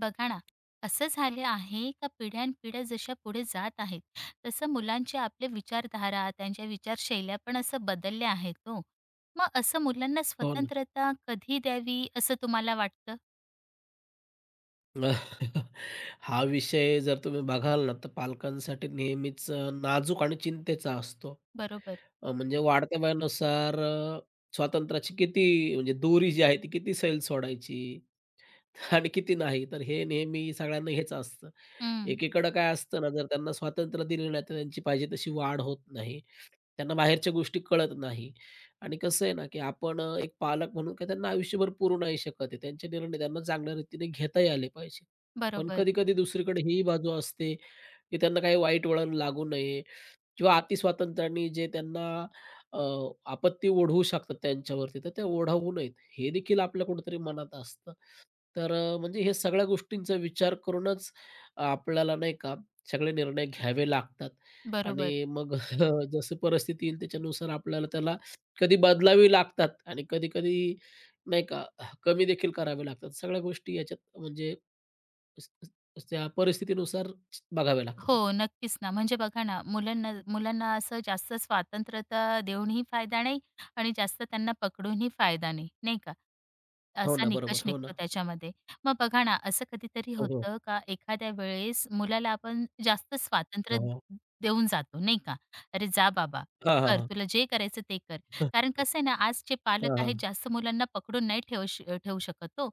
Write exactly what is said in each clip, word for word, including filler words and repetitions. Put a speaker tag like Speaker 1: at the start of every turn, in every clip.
Speaker 1: बघा ना, असं झालं आहे का पिढ्यानपिढ्या जशा पुढे जात आहेत, तसं मुलांची आपली विचारधारा, त्यांच्या विचारशैल्या पण असं बदलल्या आहेत हो. मग असं मुलांना
Speaker 2: हो ना.
Speaker 1: स्वतंत्रता कधी द्यावी असं तुम्हाला वाटतं?
Speaker 2: हा विषय जर तुम्ही बघाल ना, तर पालकांसाठी नेहमीच अ, नाजूक आणि चिंतेचा असतो.
Speaker 1: बरोबर.
Speaker 2: अ, म्हणजे वाढत्या वयानुसार अ, स्वातंत्र्याची किती म्हणजे दोरी जी आहे ती किती सैल सोडायची आणि किती नाही, तर हे नेहमी सगळ्यांना हेच असतं.
Speaker 1: हं.
Speaker 2: एकीकडं काय असतं ना, जर त्यांना स्वातंत्र्य दिलं नाही, तर त्यांची पाहिजे तशी वाढ होत नाही. त्यांना बाहेरच्या गोष्टी कळत नाही आणि कसं आहे ना, की आपण अ, एक पालक म्हणून काही त्यांना आयुष्यभर पुरू नाही शकत आहे. त्यांचे निर्णय त्यांना चांगल्या रीतीने घेताही आले पाहिजे. पण
Speaker 1: बरोबर,
Speaker 2: कधी-कधी दुसरीकडे ही बाजू असते, की त्यांना काही वाईट वळण लागू नये किंवा अतिस्वातंत्र्यांनी जे त्यांना अ, आपत्ती ओढवू शकतात त्यांच्यावरती, तर ते ओढवू नयेत, हे देखील आपल्या कुठेतरी मनात असतं. तर अ, म्हणजे हे सगळ्या गोष्टींचा विचार करूनच आपल्याला नाही का सगळे निर्णय घ्यावे लागतात आणि
Speaker 1: बरोबर.
Speaker 2: मग जसं परिस्थिती येईल त्याच्यानुसार आपल्याला त्याला कधी बदलावी लागतात आणि कधी-कधी नाही का कमी देखील करावे लागतात. सगळ्या गोष्टी याच्यात म्हणजे स- स- त्या परिस्थितीनुसार बघाव्या लागतात आपल्याला.
Speaker 1: हो, नक्कीच ना. म्हणजे बघा ना, मुलांना मुलांना असं जास्त स्वातंत्र्यता देऊनही फायदा नाही आणि जास्त त्यांना पकडूनही फायदा नाही, नाही का?
Speaker 2: हो
Speaker 1: असा
Speaker 2: ना, बरोबर.
Speaker 1: निकष
Speaker 2: हो ना.
Speaker 1: निघतो त्याच्यामध्ये. मग बघा ना, असं कधीतरी
Speaker 2: हो, हो.
Speaker 1: होतं का एखाद्या वेळेस मुलाला आपण जास्त स्वातंत्र्य
Speaker 2: हां, हां.
Speaker 1: देऊन जातो, नाही का? "अरे जा बाबा,
Speaker 2: हां, हां,
Speaker 1: कर.
Speaker 2: हां.
Speaker 1: तुला जे करायचं ते कर." कारण कसं आहे ना, आजचे पालक
Speaker 2: हां, हां.
Speaker 1: आहेत जास्त मुलांना पकडून नाही ठेवू श ठेवू शकत हो.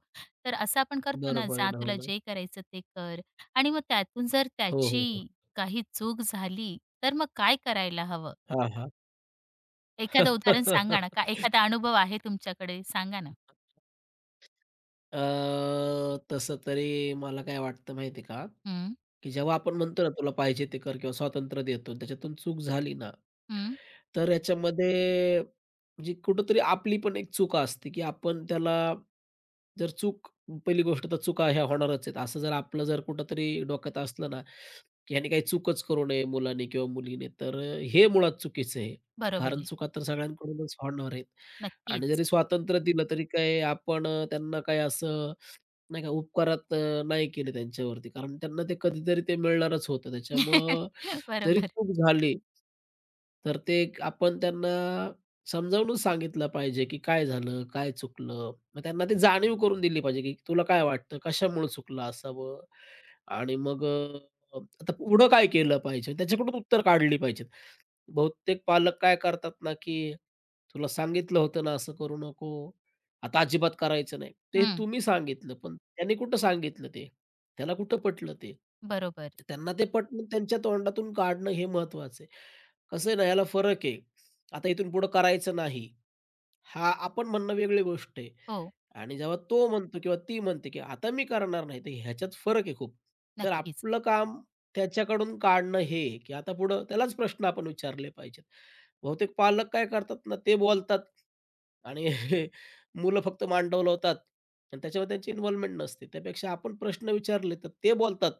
Speaker 1: तर असं आपण करतो
Speaker 2: बरं
Speaker 1: ना, "जा,
Speaker 2: परिणाम
Speaker 1: तुला
Speaker 2: होणार.
Speaker 1: जे करायचं ते कर." आणि मग त्यातून जर
Speaker 2: हो, हो, हो.
Speaker 1: त्याची
Speaker 2: हो.
Speaker 1: काही चूक झाली, तर मग काय करायला हवं?
Speaker 2: हां, हां.
Speaker 1: एखादं उदाहरण सांगा ना, का एखादा अनुभव आहे तुमच्याकडे सांगा ना?
Speaker 2: अ, तसं तरी मला काय वाटतं माहिती आहे का,
Speaker 1: हं,
Speaker 2: की जेव्हा आपण म्हणतो ना, तुला पाहिजे ते कर किंवा स्वातंत्र्य देतो, त्याच्यातून चूक झाली ना
Speaker 1: हं.
Speaker 2: तर याच्यामध्ये म्हणजे कुठेतरी आपली पण एक चूक असते, की आपण त्याला जर चूक पहिली गोष्ट तर चुका ह्या होणारच आहेत. असं जर आपलं जर कुठेतरी डोक्यात असलं ना, की ह्याने काही चूकच करू नये मुलाने किंवा मुलीने, तर हे मुळात चुकीचं आहे.
Speaker 1: बरोबर
Speaker 2: कारण
Speaker 1: आहे.
Speaker 2: चुका तर सगळ्यांकडूनच होणार आहेत आणि
Speaker 1: नक्कीच.
Speaker 2: जरी स्वातंत्र्य दिलं तरी काय आपण त्यांना काय असं नाही का, उपकार अ, नाही केले त्यांच्यावरती. कारण त्यांना ते कधीतरी ते मिळणारच होतं. त्याच्यामुळं जरी
Speaker 1: बरोबर.
Speaker 2: चूक झाली, तर ते एक आपण त्यांना समजावून सांगितलं पाहिजे, की काय झालं, काय चुकलं. मग त्यांना ती जाणीव करून दिली पाहिजे, की तुला काय वाटतं, कशामुळे चुकलं असावं? आणि मग अ, आता पुढं काय केलं पाहिजे? त्याच्याकडून उत्तर काढली पाहिजेत. बहुतेक पालक काय करतात ना, की "तुला सांगितलं होतं ना, असं करू नको. आता अजिबात करायचं नाही." ते
Speaker 1: हं.
Speaker 2: तुम्ही सांगितलं, पण त्याने कुठं सांगितलं ते? त्याला कुठं पटलं ते?
Speaker 1: बरोबर.
Speaker 2: तर त्यांना ते पटवून त्यांच्या तोंडातून काढणं हे महत्वाचं आहे. कसं आहे ना, याला फरक आहे. आता इथून पुढं करायचं नाही. हा आपण म्हणणं वेगळी गोष्ट आहे.
Speaker 1: हो.
Speaker 2: आणि जेव्हा तो म्हणतो किंवा ती म्हणते, की आता मी करणार नाही, तर ह्याच्यात फरक आहे खूप. तर
Speaker 1: नक्कीच.
Speaker 2: आपलं काम त्याच्याकडून काढणं हे, की आता पुढं त्यालाच प्रश्न आपण विचारले पाहिजेत. बहुतेक पालक काय करतात ना, ते बोलतात आणि मुलं फक्त मान डोलावतात आणि त्याच्यामध्ये त्यांची इन्व्हॉल्वमेंट नसते. त्यापेक्षा आपण प्रश्न विचारले, तर ते बोलतात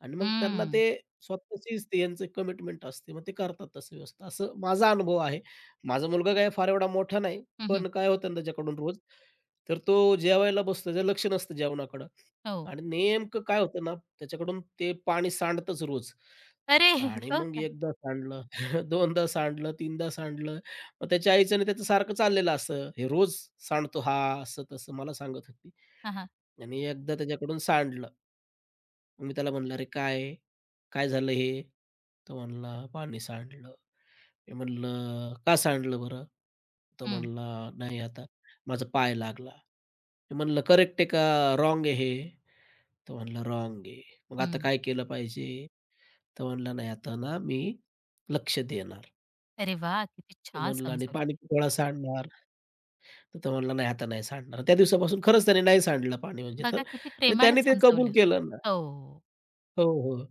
Speaker 2: आणि मग त्यांना ते
Speaker 1: हं.
Speaker 2: स्वतःचीच ते यांचं कमिटमेंट असते. मग ते करतात तसं व्यवस्थित. असं माझा अनुभव आहे. माझा मुलगा काय फार एवढा मोठा नाही,
Speaker 1: हं, हं.
Speaker 2: पण काय होतं ना त्याच्याकडून रोज तर तो जेवायला बसतो, त्याचं लक्ष नसतं जेवणाकडं
Speaker 1: हो.
Speaker 2: आणि नेमकं काय होतं ना, त्याच्याकडून ते पाणी सांडतच रोज
Speaker 1: अरे!
Speaker 2: आणि
Speaker 1: हो
Speaker 2: मग
Speaker 1: का?
Speaker 2: एकदा सांडलं, दोनदा सांडलं, तीनदा सांडलं. मग त्याच्या आईचं आणि त्याचं सारखं चाललेलं असं, हे रोज सांडतो हा, असं-तसं मला सांगत होती
Speaker 1: हां, हां.
Speaker 2: आणि एकदा त्याच्याकडून सांडलं. मग मी त्याला म्हणलं, "अरे काय? काय झालं हे?" तो म्हणला, "पाणी सांडलं." मी म्हणलं, "का सांडलं बरं?" तो
Speaker 1: हं,
Speaker 2: म्हणला, "नाही आता माझा पाय लागला." मी म्हणलं, "करेक्ट आहे का रॉंग आहे हे?" तो म्हणला, "रॉंग आहे." "मग आता
Speaker 1: हं.
Speaker 2: काय केलं पाहिजे?" तो म्हणला, "नाही आता ना मी लक्ष देणार."
Speaker 1: अरे वा, किती
Speaker 2: मी
Speaker 1: छान
Speaker 2: म्हणलं, "आणि
Speaker 1: समजावलं.
Speaker 2: पाणीपुरवठा सांडणार?" तर तो म्हणला, "नाही आता नाही सांडणार." त्या दिवसापासून खरंच त्याने नाही सांडलं पाणी म्हणजे तर
Speaker 1: बघा किती
Speaker 2: म्हणजे
Speaker 1: प्रेमाने
Speaker 2: त्याने ते कबूल
Speaker 1: समजावलं.
Speaker 2: केलं ना.
Speaker 1: हो.
Speaker 2: हो, हो.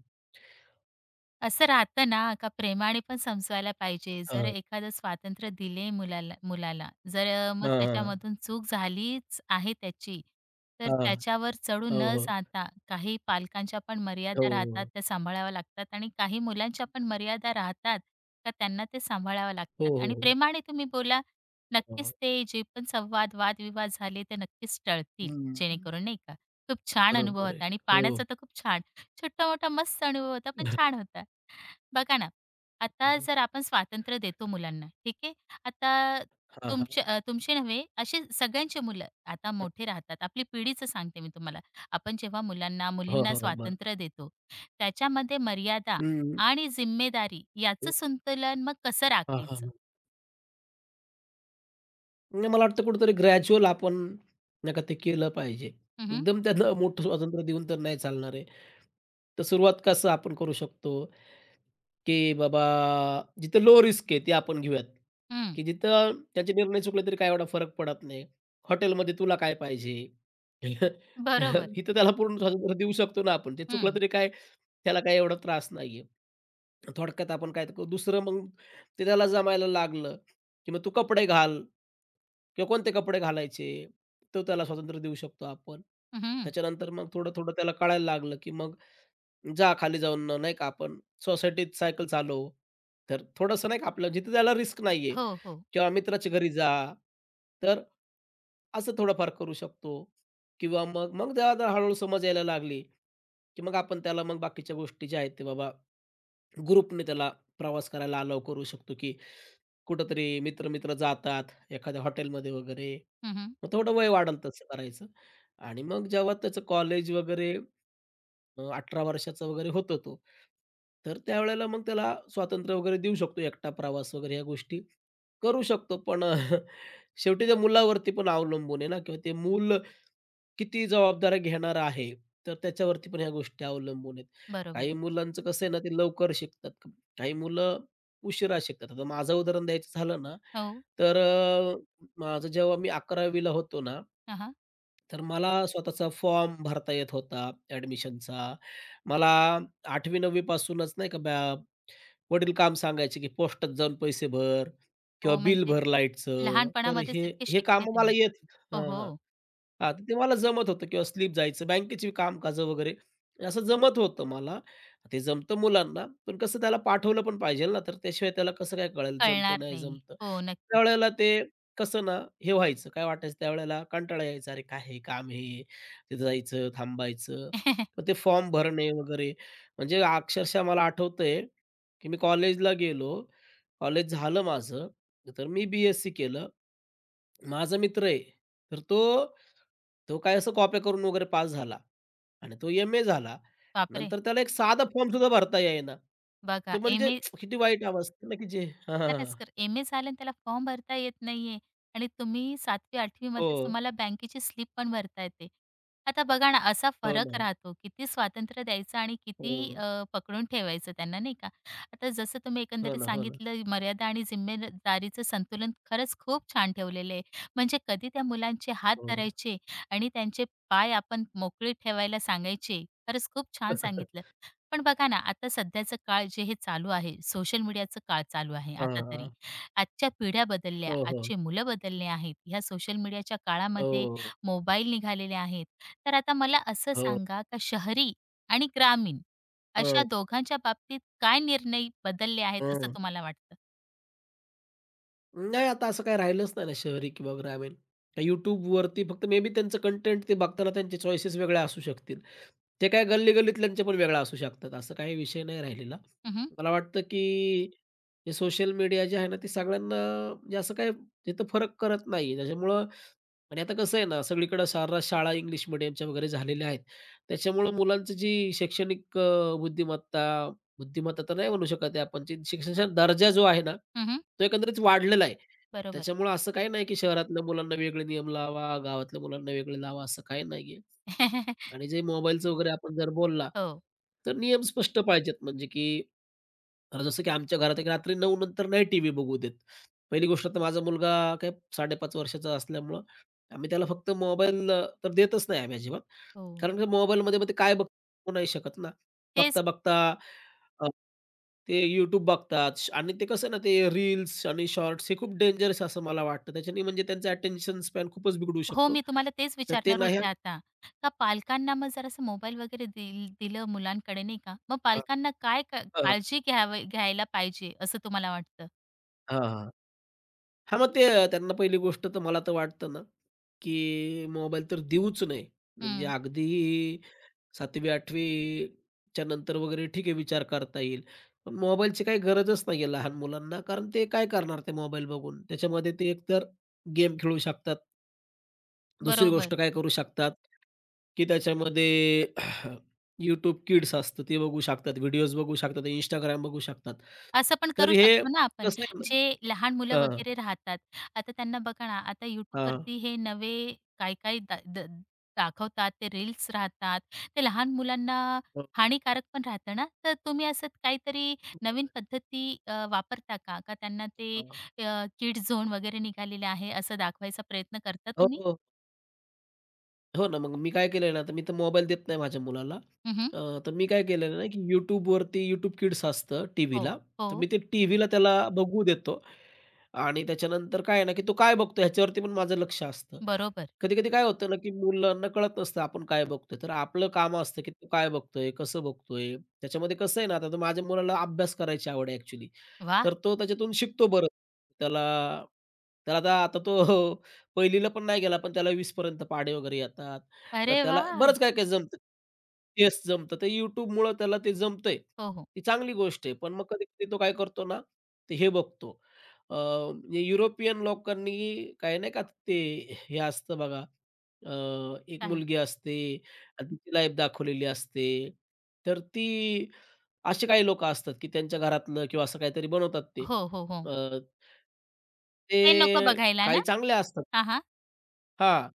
Speaker 1: असं राहतं ना का प्रेमाने पण समजवायला पाहिजे. जर
Speaker 2: हां.
Speaker 1: एखादं स्वातंत्र्य दिले मुलाला मुलाला, जर अ, मग
Speaker 2: हां, हां.
Speaker 1: त्याच्यामधून चूक झालीच आहे त्याची, तर त्याच्यावर चढून
Speaker 2: हो,
Speaker 1: न
Speaker 2: हो.
Speaker 1: जाता काही पालकांच्या पण
Speaker 2: हो,
Speaker 1: मर्यादा राहतात,
Speaker 2: हो.
Speaker 1: त्या सांभाळाव्या लागतात आणि काही मुलांच्या पण मर्यादा राहतात का त्यांना ते सांभाळाव्या
Speaker 2: हो,
Speaker 1: लागतात.
Speaker 2: हो,
Speaker 1: आणि
Speaker 2: हो.
Speaker 1: प्रेमाने तुम्ही बोला,
Speaker 2: हां.
Speaker 1: नक्कीच ते जे पण संवाद, वादविवाद झाले ते नक्कीच टळतील जेणेकरून नाही का. खूप छान अनुभव
Speaker 2: बरोबर आहे.
Speaker 1: होता आणि
Speaker 2: हो.
Speaker 1: पाण्याचा तर खूप छान छोटा-मोठा मस्त अनुभव होता, पण छान होता. बघा ना, आता
Speaker 2: हां,
Speaker 1: जर आपण स्वातंत्र्य देतो मुलांना, ठीक आहे. आता
Speaker 2: हां.
Speaker 1: तुमचे अ, तुमचे नव्हे, असे सगळ्यांचे मुलं आता मोठे राहतात. आपली पिढीचं सांगते मी तुम्हाला. आपण जेव्हा मुलांना,
Speaker 2: हो,
Speaker 1: मुलींना
Speaker 2: हो. बरं.
Speaker 1: स्वातंत्र्य देतो, त्याच्यामध्ये मर्यादा
Speaker 2: हं.
Speaker 1: आणि जिम्मेदारी याचं संतुलन मग कसं
Speaker 2: हां,
Speaker 1: राखायचं?
Speaker 2: हां, म्हणजे मला वाटतं कुठेतरी ग्रॅज्युअल आपण नाही का ते केलं पाहिजे.
Speaker 1: हं, हं.
Speaker 2: एकदम त्यांना मोठं स्वातंत्र्य देऊन तर नाही चालणार आहे. तर सुरुवात कसं आपण करू शकतो, की बाबा जिथं लो रिस्क आहे ते आपण घेऊयात, की जिथं त्याचे निर्णय चुकले तरी काय एवढा फरक पडत नाही. हॉटेलमध्ये तुला काय पाहिजे?
Speaker 1: बरोबर.
Speaker 2: इथं त्याला पूर्ण स्वातंत्र्य देऊ शकतो ना आपण. ते चुकलं
Speaker 1: हं.
Speaker 2: तरी काय त्याला काही एवढा त्रास नाहीये. थोडक्यात आपण काय करू दुसरं मग ते त्याला जमायला लागलं, की मग तू कपडे घाल. किंवा कोणते कपडे घालायचे, तो त्याला स्वातंत्र्य देऊ शकतो आपण.
Speaker 1: हं.
Speaker 2: त्याच्यानंतर मग थोडं-थोडं त्याला कळायला लागलं, की मग जा खाली जाऊन नाही का आपण सोसायटीत सायकल चालव. तर थोडंसं नाही का आपलं जिथे त्याला रिस्क नाहीये
Speaker 1: हो, हो.
Speaker 2: किंवा मित्राच्या घरी जा. तर असं थोडंफार करू शकतो किंवा मग मग त्याला जरा हळू-हळू समज यायला लागली, की मग आपण त्याला मग बाकीच्या गोष्टी ज्या आहेत ते बाबा ग्रुपने त्याला प्रवास करायला अलाव करू शकतो, की कुठेतरी मित्र-मित्र जातात, एखाद्या हॉटेलमध्ये वगैरे.
Speaker 1: हं,
Speaker 2: मग थोडं वय वाढेल तसं करायचं आणि मग जेव्हा त्याचं कॉलेज वगैरे अ, अठरा वर्षाचा वगैरे होतो तो, तर त्यावेळेला मग त्याला स्वातंत्र्य वगैरे देऊ शकतो. एकटा प्रवास वगैरे ह्या गोष्टी करू शकतो. पण अं, शेवटी त्या मुलावरती पण अवलंबून आहे ना किंवा ते मूल किती जबाबदाऱ्या घेणार आहे, तर त्याच्यावरती पण ह्या गोष्टी अवलंबून आहेत.
Speaker 1: बरोबर.
Speaker 2: काही मुलांचं कसं आहे ना, ते लवकर शिकतात. क- काही मुलं उशिरा शिकतात. आता माझं उदाहरण द्यायचं झालं ना,
Speaker 1: हो.
Speaker 2: तर अ, माझं जेव्हा मी अकरावी होतो ना,
Speaker 1: हां,
Speaker 2: तर मला स्वतःचा फॉर्म भरता येत होता ॲडमिशनचा. मला आठवी नववी पासूनच नाही का वडील काम सांगायचे, की पोस्टात जाऊन पैसे भर किंवा
Speaker 1: हो,
Speaker 2: बिल
Speaker 1: म्हणजे
Speaker 2: भर लाईटचं. तर
Speaker 1: लहानपणामध्येच
Speaker 2: हे
Speaker 1: इतके
Speaker 2: हे
Speaker 1: शिकले
Speaker 2: कामं मला
Speaker 1: तुम्ही.
Speaker 2: येत
Speaker 1: हो,
Speaker 2: हां, हां.
Speaker 1: हो.
Speaker 2: हां, तर ते मला जमत होतं किंवा स्लीप जायचं, बँकेची कामकाजं वगैरे असं जमत होतं मला. ते जमतं मुलांना, पण कसं त्याला पाठवलं पण पाहिजे ना, तर त्याशिवाय त्याला कसं काय कळेल जमतं
Speaker 1: कळणार
Speaker 2: नाही
Speaker 1: नाही.
Speaker 2: जमतं.
Speaker 1: हो, नक्की.
Speaker 2: त्यावेळेला ते कसं ना, हे व्हायचं काय वाटायचं त्यावेळेला कंटाळा यायचा. अरे, काय हे काम हे, तिथं जायचं, थांबायचं. मग ते फॉर्म भरणे वगैरे म्हणजे अक्षरशः मला आठवतंय की मी कॉलेजला गेलो. कॉलेज झालं माझं, तर मी बी-एससी केलं. माझा मित्र आहे, तर तो तो काय असं कॉप्या करून वगैरे पास झाला आणि तो एम-ए झाला.
Speaker 1: बापरे!
Speaker 2: नंतर त्याला एक साधा फॉर्म सुद्धा भरता येईना. तर
Speaker 1: बघा
Speaker 2: म्हणजे
Speaker 1: एम ए
Speaker 2: किती वाईट अवस्था ना, की जे हां, हां, हां.
Speaker 1: खरंच तर एम ए झालं आणि त्याला फॉर्म भरता येत नाहीये आणि तुम्ही सातवी आठवी
Speaker 2: हो,
Speaker 1: मध्येच तुम्हाला बँकेची स्लिप पण भरता येते. आता बघा ना असा
Speaker 2: हो ना.
Speaker 1: फरक राहतो, किती स्वातंत्र्य द्यायचं आणि किती
Speaker 2: हो.
Speaker 1: अ, पकडून ठेवायचं त्यांना नाही का? आता जसं तुम्ही
Speaker 2: हो
Speaker 1: एकंदरीत
Speaker 2: ना, हो ना.
Speaker 1: सांगितलं मर्यादा आणि जिम्मेदारीचं संतुलन खरंच खूप छान ठेवलेलं आहे. म्हणजे कधी त्या मुलांचे हात
Speaker 2: हो.
Speaker 1: धरायचे आणि त्यांचे पाय आपण मोकळे ठेवायला सांगायचे. खरंच खूप छान सांगितलं. पण बघा ना, आता सध्याचं काळ जे हे चालू आहे, सोशल मीडियाचं काळ चालू आहे
Speaker 2: हां,
Speaker 1: आता तरी.
Speaker 2: हां.
Speaker 1: आजच्या पिढ्या बदलल्या,
Speaker 2: हो, हो.
Speaker 1: आजचे मुलं बदलले आहेत. ह्या सोशल मीडियाच्या काळामध्ये
Speaker 2: हो,
Speaker 1: मोबाईल निघालेले आहेत. तर आता मला असं
Speaker 2: हो.
Speaker 1: सांगा का शहरी आणि ग्रामीण
Speaker 2: हं,
Speaker 1: अशा दोघांच्या बाबतीत काय निर्णय बदलले आहेत असं
Speaker 2: हं.
Speaker 1: तुम्हाला वाटतं?
Speaker 2: नाही आता असं काही राहिलंच नाही ना शहरी किंवा ग्रामीण. त्या YouTubeवरती फक्त मे बी त्यांचं कंटेंट ते बघताना त्यांचे चॉईसेस वेगळ्या असू शकतील. ते काय गल्ली-गल्लीतल्यांच्या पण वेगळ्या असू शकतात. असं काही विषय नाही राहिलेला.
Speaker 1: हं, हं.
Speaker 2: मला वाटतं की हे सोशल मीडिया जे आहे ना, ते सगळ्यांना म्हणजे असं काही तिथं फरक करत नाही. त्याच्यामुळं आणि आता कसं आहे ना, सगळीकडे सर्रास शाळा इंग्लिश मीडियमच्या वगैरे झालेल्या आहेत. त्याच्यामुळं मुलांची जी शैक्षणिक अ, बुद्धिमत्ता, बुद्धिमत्ता तर नाही म्हणू शकत आहे आपण, जी शिक्षणाचा दर्जा जो आहे ना, तो एकंदरीत वाढलेला आहे.
Speaker 1: बरोबर.
Speaker 2: त्याच्यामुळं असं काही नाही की शहरातल्या मुलांना वेगळे नियम लावा, गावातल्या मुलांना वेगळे लावा, असं काही नाहीये. आणि जे मोबाईलचं वगैरे आपण जर बोलला,
Speaker 1: हो,
Speaker 2: तर नियम स्पष्ट पाहिजेत म्हणजे की अ, जसं की आमच्या घरात एक रात्री नऊ नंतर नाही टीव्ही बघू देत. पहिली गोष्ट तर माझा मुलगा काय साडेपाच वर्षाचा असल्यामुळं आम्ही त्याला फक्त मोबाईल तर देतच नाही आम्ही अजिबात.
Speaker 1: हो.
Speaker 2: कारण की मोबाईलमध्ये मग ते काय बघू नाही शकत ना.
Speaker 1: तेच
Speaker 2: बघता-बघता अ, ते YouTube बघतात श- आणि ते कसं ना ते रील्स आणि शॉर्ट्स हे खूप डेंजरस असं मला वाटतं. त्याच्याने म्हणजे त्यांचा अटेन्शन स्पॅन खूपच बिघडू
Speaker 1: हो,
Speaker 2: शकतो.
Speaker 1: मी तुम्हाला तेच
Speaker 2: तर ते
Speaker 1: विचारणार
Speaker 2: नाही
Speaker 1: होते आता. का पालकांना मग जरासं मोबाईल वगैरे दिल दिलं मुलांकडे नाही का, मग
Speaker 2: हां,
Speaker 1: पालकांना काय का काळजी घ्यावी घ्यायला पाहिजे असं तुम्हाला वाटतं?
Speaker 2: हां, मग ते अ, त्यांना पहिली गोष्ट तर मला तर वाटतं ना, की मोबाईल तर देऊच नये. म्हणजे
Speaker 1: हं,
Speaker 2: अगदी सातवी-आठवी नंतर वगैरे ठीक आहे विचार करता येईल. पण मोबाईलची काही गरजच नाही आहे लहान मुलांना, कारण ते काय करणार ते मोबाईल बघून? त्याच्यामध्ये ते एकतर गेम खेळू शकतात. दुसरी गोष्ट
Speaker 1: बरोबर.
Speaker 2: काय करू शकतात, की त्याच्यामध्ये YouTube Kids असतं ते बघू शकतात, व्हिडिओज बघू शकतात, Instagram बघू शकतात.
Speaker 1: असं पण
Speaker 2: तर
Speaker 1: करू
Speaker 2: हे
Speaker 1: शकतो ना आपण.
Speaker 2: कसं आहे
Speaker 1: जे
Speaker 2: ना
Speaker 1: लहान मुलं
Speaker 2: हां,
Speaker 1: वगैरे राहतात, आता त्यांना बघा ना, आता YouTubeवरती हे नवे काय-काय दा द दाखवतात, ते रील्स राहतात. ते लहान मुलांना
Speaker 2: हो,
Speaker 1: हानिकारक पण राहतं ना, तर तुम्ही असं काहीतरी
Speaker 2: बरोबर
Speaker 1: नवीन
Speaker 2: आहे.
Speaker 1: पद्धती अ, वापरता का? का त्यांना ते
Speaker 2: हां.
Speaker 1: किड झोन वगैरे निघालेलं आहे, असं दाखवायचा प्रयत्न करता
Speaker 2: हो,
Speaker 1: तुम्ही?
Speaker 2: हो. हो ना, मग मी काय केलंय ना, तर मी तर मोबाईल देत नाही माझ्या मुलाला.
Speaker 1: हं, हं.
Speaker 2: अ, तर मी काय केलेलं ना, की YouTubeवरती YouTube Kids असतं
Speaker 1: हो,
Speaker 2: टीव्हीला, तर
Speaker 1: हो.
Speaker 2: मी ते टीव्हीला त्याला बघू देतो आणि त्याच्यानंतर काय आहे ना, की तो काय बघतो ह्याच्यावरती पण माझं लक्ष असतं.
Speaker 1: बरोबर.
Speaker 2: कधी-कधी काय होतं ना, की मुलांना कळत नसतं आपण काय बघतोय. तर आपलं काम असतं, की तो काय बघतोय, कसं बघतोय. त्याच्यामध्ये कसं आहे ना, आता तर माझ्या मुलाला अभ्यास करायची आवड आहे ॲक्चुअली.
Speaker 1: वाह!
Speaker 2: तर तो त्याच्यातून शिकतो बरं. त्याला त्याला आता आता तो पहिली ला पण नाही गेला, पण त्याला वीस पर्यंत पाढे वगैरे येतात. तर
Speaker 1: अरे
Speaker 2: त्याला
Speaker 1: वाह!
Speaker 2: बरंच काही-काही जमतं. चेस जमतं. ते YouTubeमुळं त्याला ते जमतंय.
Speaker 1: हो, हो.
Speaker 2: ती चांगली गोष्ट आहे. पण मग कधी-कधी तो काय करतो ना, ते हे बघतो. अ, म्हणजे युरोपियन लोकांनी काय नाही का ते हे असतं बघा अ, एक
Speaker 1: काय?
Speaker 2: मुलगी असते आणि तिची लाईफ दाखवलेली असते. तर ती असे काही लोकं असतात, की त्यांच्या घरातलं किंवा असं काहीतरी बनवतात ते.
Speaker 1: हो, हो, हो.
Speaker 2: अ, ते
Speaker 1: ते नको बघायला
Speaker 2: काही
Speaker 1: ना?
Speaker 2: चांगले असतात.
Speaker 1: हां, हां.
Speaker 2: हां.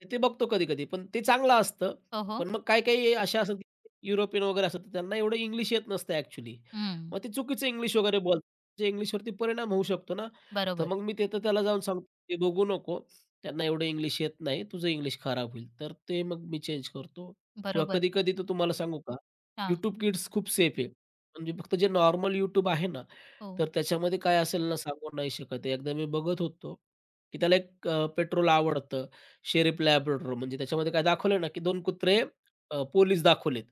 Speaker 2: तर ते बघतो कधी-कधी. पण ते चांगलं असतं.
Speaker 1: हो, हो.
Speaker 2: पण मग काही-काही अशा असतात, की युरोपियन वगैरे असतात, तर त्यांना एवढं इंग्लिश येत नसतं ॲक्चुअली.
Speaker 1: हं,
Speaker 2: मग ते चुकीचं इंग्लिश वगैरे बोलतात. इंग्लिशवरती परिणाम होऊ शकतो ना, तर
Speaker 1: बरोबर,
Speaker 2: मग मी तिथं त्याला जाऊन सांगतो, "हे बघू नको. त्यांना एवढं इंग्लिश येत नाही. तुझं इंग्लिश खराब होईल." तर ते मग मी चेंज करतो किंवा
Speaker 1: बरोबर.
Speaker 2: कधी-कधी तर तुम्हाला सांगू का,
Speaker 1: हां,
Speaker 2: YouTube Kids खूप सेफ आहे. म्हणजे फक्त जे नॉर्मल YouTube आहे ना,
Speaker 1: हो,
Speaker 2: तर त्याच्यामध्ये काय असेल ना, सांगू नाही शकत. एकदा मी बघत होतो की त्याला एक अ, पेट्रोल आवडतं. शेरीफ लॅब्राडोर म्हणजे त्याच्यामध्ये काय दाखवलं ना, की दोन कुत्रे अ, पोलीस दाखवलेत.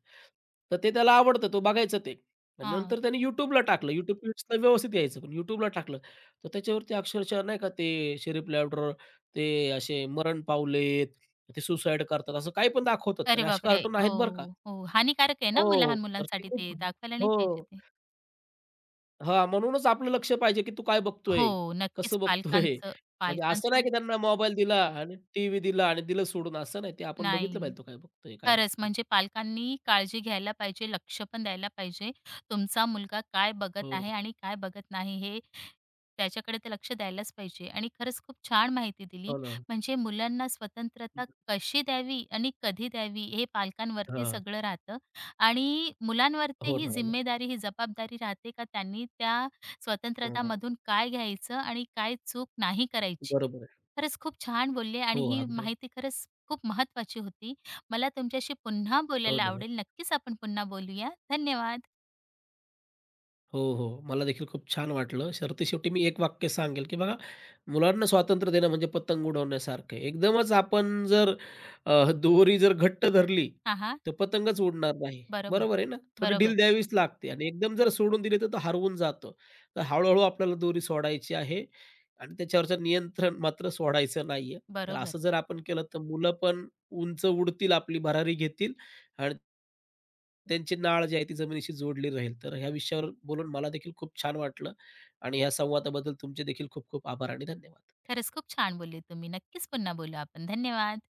Speaker 2: तर ते त्याला आवडतं, तो बघायचं ते. आणि
Speaker 1: हां.
Speaker 2: नंतर त्याने YouTubeला टाकलं. YouTube Kidsला व्यवस्थित यायचं, पण YouTubeला टाकलं. तर त्याच्यावरती अक्षरशः नाही का ते शेरीफ लॅब्राडोर ते असे मरण पावलेत, ते सुसाईड करतात, असं काही पण दाखवतात आणि
Speaker 1: अरे
Speaker 2: असे
Speaker 1: बापरे!
Speaker 2: कार्टून
Speaker 1: हो,
Speaker 2: आहेत बरं का.
Speaker 1: हो. हानिकारक आहे
Speaker 2: हो,
Speaker 1: ना मग
Speaker 2: हो.
Speaker 1: लहान
Speaker 2: तर ते
Speaker 1: मुलांसाठी
Speaker 2: खूप
Speaker 1: ते दाखवायला नाही
Speaker 2: हो.
Speaker 1: पाहिजे ते.
Speaker 2: हां, म्हणूनच आपलं लक्ष पाहिजे, की तू काय बघतोय?
Speaker 1: हो, नक्कीच
Speaker 2: कसं बघतोय?
Speaker 1: पालकांचं
Speaker 2: म्हणजे असं
Speaker 1: पालकांचं
Speaker 2: नाही, की त्यांना मोबाईल दिला आणि टीव्ही दिला आणि दिलं सोडून, असं नाही. ते आपण बघितलं
Speaker 1: नाही.
Speaker 2: पाहिजे तो काय बघतोय, काय
Speaker 1: खरंच,
Speaker 2: बघतोय.
Speaker 1: म्हणजे पालकांनी काळजी घ्यायला पाहिजे, लक्ष पण द्यायला पाहिजे. तुमचा मुलगा काय बघत
Speaker 2: हो,
Speaker 1: आहे आणि काय बघत नाही हे त्याच्याकडे तर लक्ष द्यायलाच पाहिजे. आणि खरंच खूप छान माहिती दिली.
Speaker 2: हो ना.
Speaker 1: म्हणजे मुलांना
Speaker 2: हं.
Speaker 1: स्वतंत्रता कशी द्यावी आणि कधी द्यावी हे पालकांवरती
Speaker 2: हां.
Speaker 1: सगळं राहतं आणि मुलांवरती
Speaker 2: हो
Speaker 1: ही
Speaker 2: ना, हो ना.
Speaker 1: जिम्मेदारी, ही जबाबदारी राहते का त्यांनी त्या
Speaker 2: हं.
Speaker 1: स्वतंत्रतामधून काय घ्यायचं आणि काय चूक नाही करायची.
Speaker 2: बरोबर आहे.
Speaker 1: खरंच खूप छान बोलले आणि
Speaker 2: हो,
Speaker 1: ही
Speaker 2: अगदी.
Speaker 1: माहिती खरंच खूप महत्त्वाची होती. मला तुमच्याशी पुन्हा
Speaker 2: हो
Speaker 1: बोलायला
Speaker 2: ना.
Speaker 1: आवडेल. नक्कीच आपण पुन्हा बोलूया. धन्यवाद.
Speaker 2: हो, हो. मला देखील खूप छान वाटलं. सरतेशेवटी मी एक वाक्य सांगेल, की बघा मुलांना स्वातंत्र्य देणं म्हणजे पतंग उडवण्यासारखं आहे. एकदमच आपण जर अ, दोरी जर घट्ट धरली,
Speaker 1: हां, हां.
Speaker 2: तर पतंगच उडणार नाही.
Speaker 1: बरोबर.
Speaker 2: बरोबर आहे ना? थोडी ढील
Speaker 1: बरोबर,
Speaker 2: द्यावीच लागते आणि एकदम जर सोडून दिली, तर तो हरवून जातो. तर हळू आपल्याला दोरी सोडायची आहे आणि त्याच्यावरचं नियंत्रण मात्र सोडायचं नाहीये. तर
Speaker 1: बरोबर.
Speaker 2: असं जर आपण केलं, तर मुलं पण उंच उडतील, आपली भरारी घेतील आणि त्यांची नाळ जी आहे ती जमिनीशी जोडली राहील. तर ह्या विषयावर बोलून मला देखील खूप छान वाटलं आणि ह्या संवादाबद्दल तुमचे देखील खूप खूप आभार आणि धन्यवाद.
Speaker 1: खरंच खूप छान बोलले तुम्ही. नक्कीच पुन्हा बोलू आपण. धन्यवाद.